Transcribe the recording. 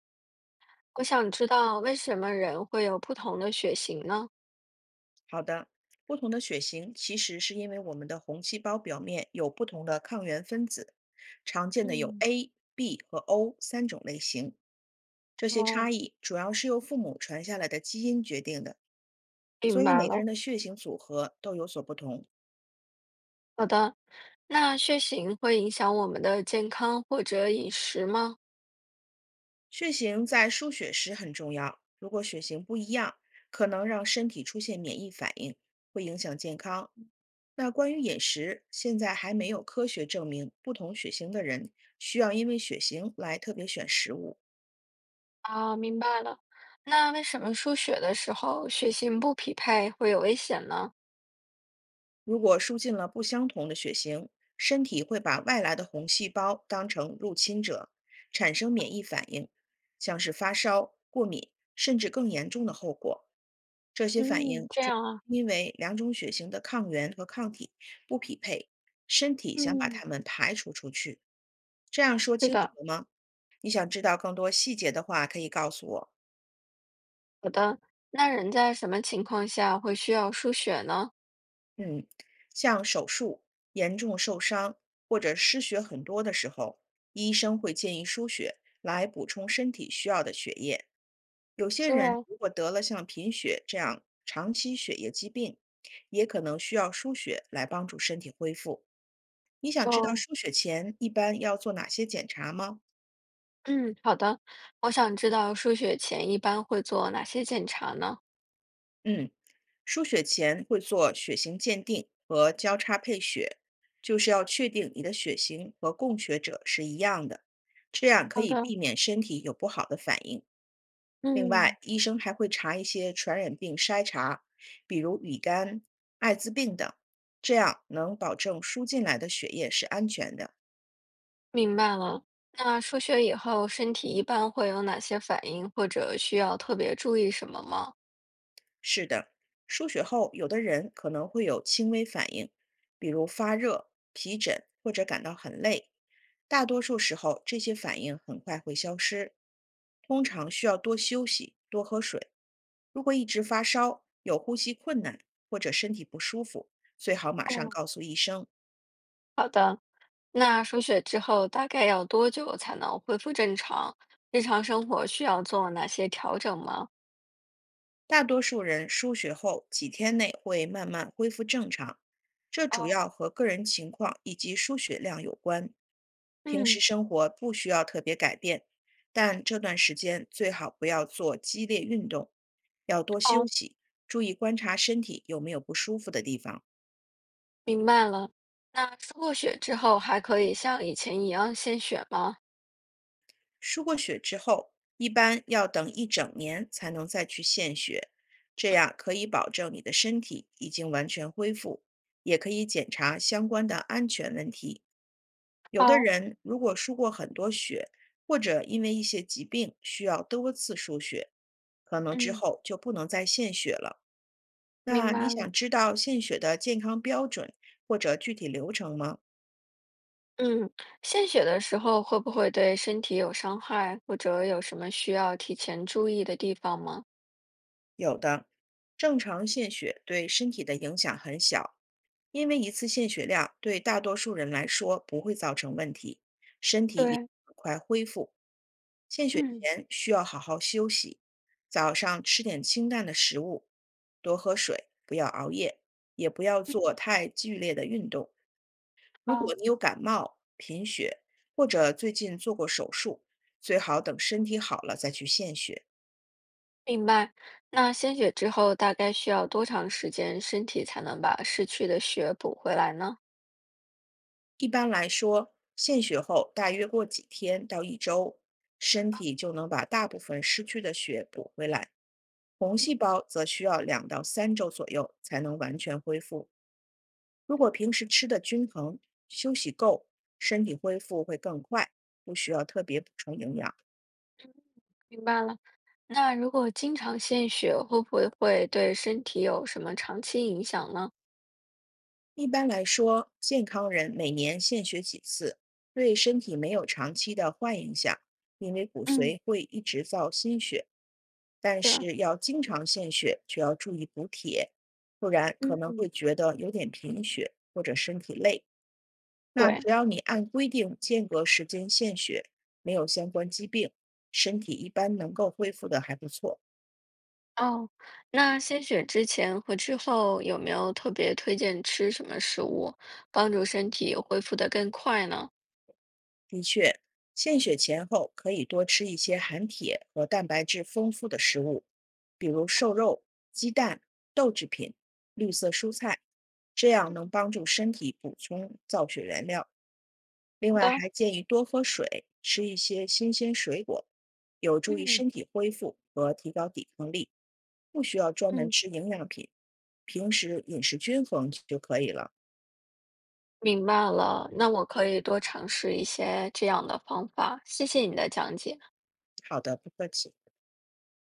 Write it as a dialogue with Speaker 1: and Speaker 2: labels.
Speaker 1: 我想知道为什么人会有不同的血型呢？
Speaker 2: 好的，不同的血型其实是因为我们的红细胞表面有不同的抗原分子，常见的有
Speaker 1: 嗯，
Speaker 2: A、B 和 O 三种类型。这些差
Speaker 1: 哦，
Speaker 2: 异主要是由父母传下来的基因决定的，所
Speaker 1: 明
Speaker 2: 以
Speaker 1: 白
Speaker 2: 每个人
Speaker 1: 了，
Speaker 2: 的血型组合都有所不同。
Speaker 1: 好的。那血型会影响我们的健康或者饮食吗？
Speaker 2: 血型在输血时很重要，如果血型不一样，可能让身体出现免疫反应，会影响健康。那关于饮食，现在还没有科学证明不同血型的人需要因为血型来特别选食物。
Speaker 1: 啊，明白了。那为什么输血的时候血型不匹配会有危险呢？
Speaker 2: 如果输进了不相同的血型，身体会把外来的红细胞当成入侵者，产生免疫反应，像是发烧、过敏，甚至更严重的后果。这些反
Speaker 1: 嗯
Speaker 2: 应
Speaker 1: 这样啊，
Speaker 2: 因为两种血型的抗原和抗体不匹配，身体想把
Speaker 1: 嗯，
Speaker 2: 它们排除出去。这样说
Speaker 1: 是
Speaker 2: 清楚
Speaker 1: 的，
Speaker 2: 了吗？你想知道更多细节的话，可以告诉我。
Speaker 1: 好的。那人在什么情况下会需要输血呢？
Speaker 2: 嗯，像手术、严重受伤或者失血很多的时候，医生会建议输血来补充身体需要的血液。有些人
Speaker 1: 对，
Speaker 2: 如果得了像贫血这样长期血液疾病，也可能需要输血来帮助身体恢复。你想知道
Speaker 1: 哦，
Speaker 2: 输血前一般要做哪些检查吗？
Speaker 1: 嗯，好的。我想知道输血前一般会做哪些检查呢？
Speaker 2: 嗯。输血前会做血型鉴定和交叉配血，就是要确定你的血型和供血者是一样的，这样可
Speaker 1: 好
Speaker 2: 以
Speaker 1: 的。
Speaker 2: 避免身体有不好的反应。另
Speaker 1: 嗯，
Speaker 2: 外，医生还会查一些传染病筛查，比如乙肝、艾滋病等，这样能保证输进来的血液是安全的。
Speaker 1: 明白了。那输血以后，身体一般会有哪些反应，或者需要特别注意什么吗？
Speaker 2: 是的，输血后，有的人可能会有轻微反应，比如发热、皮疹或者感到很累。大多数时候，这些反应很快会消失，通常需要多休息、多喝水。如果一直发烧、有呼吸困难或者身体不舒服，最好马上
Speaker 1: 哦，
Speaker 2: 告诉医生。
Speaker 1: 那输血之后大概要多久才能恢复正常？日常生活需要做哪些调整吗？
Speaker 2: 大多数人输血后几天内会慢慢恢复正常，这主
Speaker 1: 哦，
Speaker 2: 要和个人情况以及输血量有关。平时
Speaker 1: 嗯，
Speaker 2: 生活不需要特别改变，但这段时间最好不要做激烈运动，要多休
Speaker 1: 好，
Speaker 2: 息，注意观察身体有没有不舒服的地方。
Speaker 1: 明白了。那输过血之后还可以像以前一样献血吗？
Speaker 2: 输过血之后，一般要等一整年才能再去献血，这样可以保证你的身体已经完全恢复，也可以检查相关的安全问题。有的
Speaker 1: 哦，
Speaker 2: 人如果输过很多血，或者因为一些疾病需要多次输血，可能之
Speaker 1: 嗯，
Speaker 2: 后就不能再献血了。
Speaker 1: 明
Speaker 2: 那你
Speaker 1: 白了。
Speaker 2: 想知道献血的健康标准或者具体流程吗？
Speaker 1: 嗯，献血的时候会不会对身体有伤害，或者有什么需要提前注意的地方吗？
Speaker 2: 有的，正常献血对身体的影响很小。因为一次献血量对大多数人来说不会造成问题，
Speaker 1: 对，
Speaker 2: 很快恢复。献血
Speaker 1: 嗯，
Speaker 2: 前需要好好休息，早上吃点清淡的食物，多喝水，不要熬夜，也不要
Speaker 1: 嗯，
Speaker 2: 做太剧烈的运动。如
Speaker 1: 好，
Speaker 2: 果你有感冒、贫血或者最近做过手术，最好等身体好了再去献血。
Speaker 1: 明白。那献血之后大概需要多长时间，身体才能把失去的血补回来呢？
Speaker 2: 一般来说，献血后大约过几天到一周，身体就能把大部分失去的血补回来。红
Speaker 1: 嗯，
Speaker 2: 细胞则需要两到三周左右才能完全恢复。如果平时吃的均衡，休息够，身体恢复会更快，不需要特别补充营养。
Speaker 1: 明白了。那如果经常献血，会不会对身体有什么长期影响呢？
Speaker 2: 一般来说，健康人每年献血几次，对身体没有长期的坏影响，因为骨
Speaker 1: 嗯，
Speaker 2: 髓会一直造新血。但
Speaker 1: 是，
Speaker 2: 是要经常献血，就要注意补铁，不然可能
Speaker 1: 嗯，
Speaker 2: 会觉得有点贫血或者身体累。那
Speaker 1: 对。
Speaker 2: 只要你按规定间隔时间献血，没有相关疾病，身体一般能够恢复的还不错。
Speaker 1: 哦，那献血之前和之后有没有特别推荐吃什么食物，帮助身体恢复的更快呢？
Speaker 2: 的确，献血前后可以多吃一些含铁和蛋白质丰富的食物，比如瘦肉、鸡蛋、豆制品、绿色蔬菜，这样能帮助身体补充造血原料。另
Speaker 1: 好
Speaker 2: 外，
Speaker 1: 的，
Speaker 2: 还建议多喝水，吃一些新鲜水果，有助于
Speaker 1: 嗯
Speaker 2: 身体恢复和提高抵抗力，不需要专门
Speaker 1: 嗯，
Speaker 2: 吃营养品。平时饮食均衡就可以了。
Speaker 1: 明白了，那我可以多尝试一些这样的方法。谢谢你的讲解。
Speaker 2: 好的，不客气。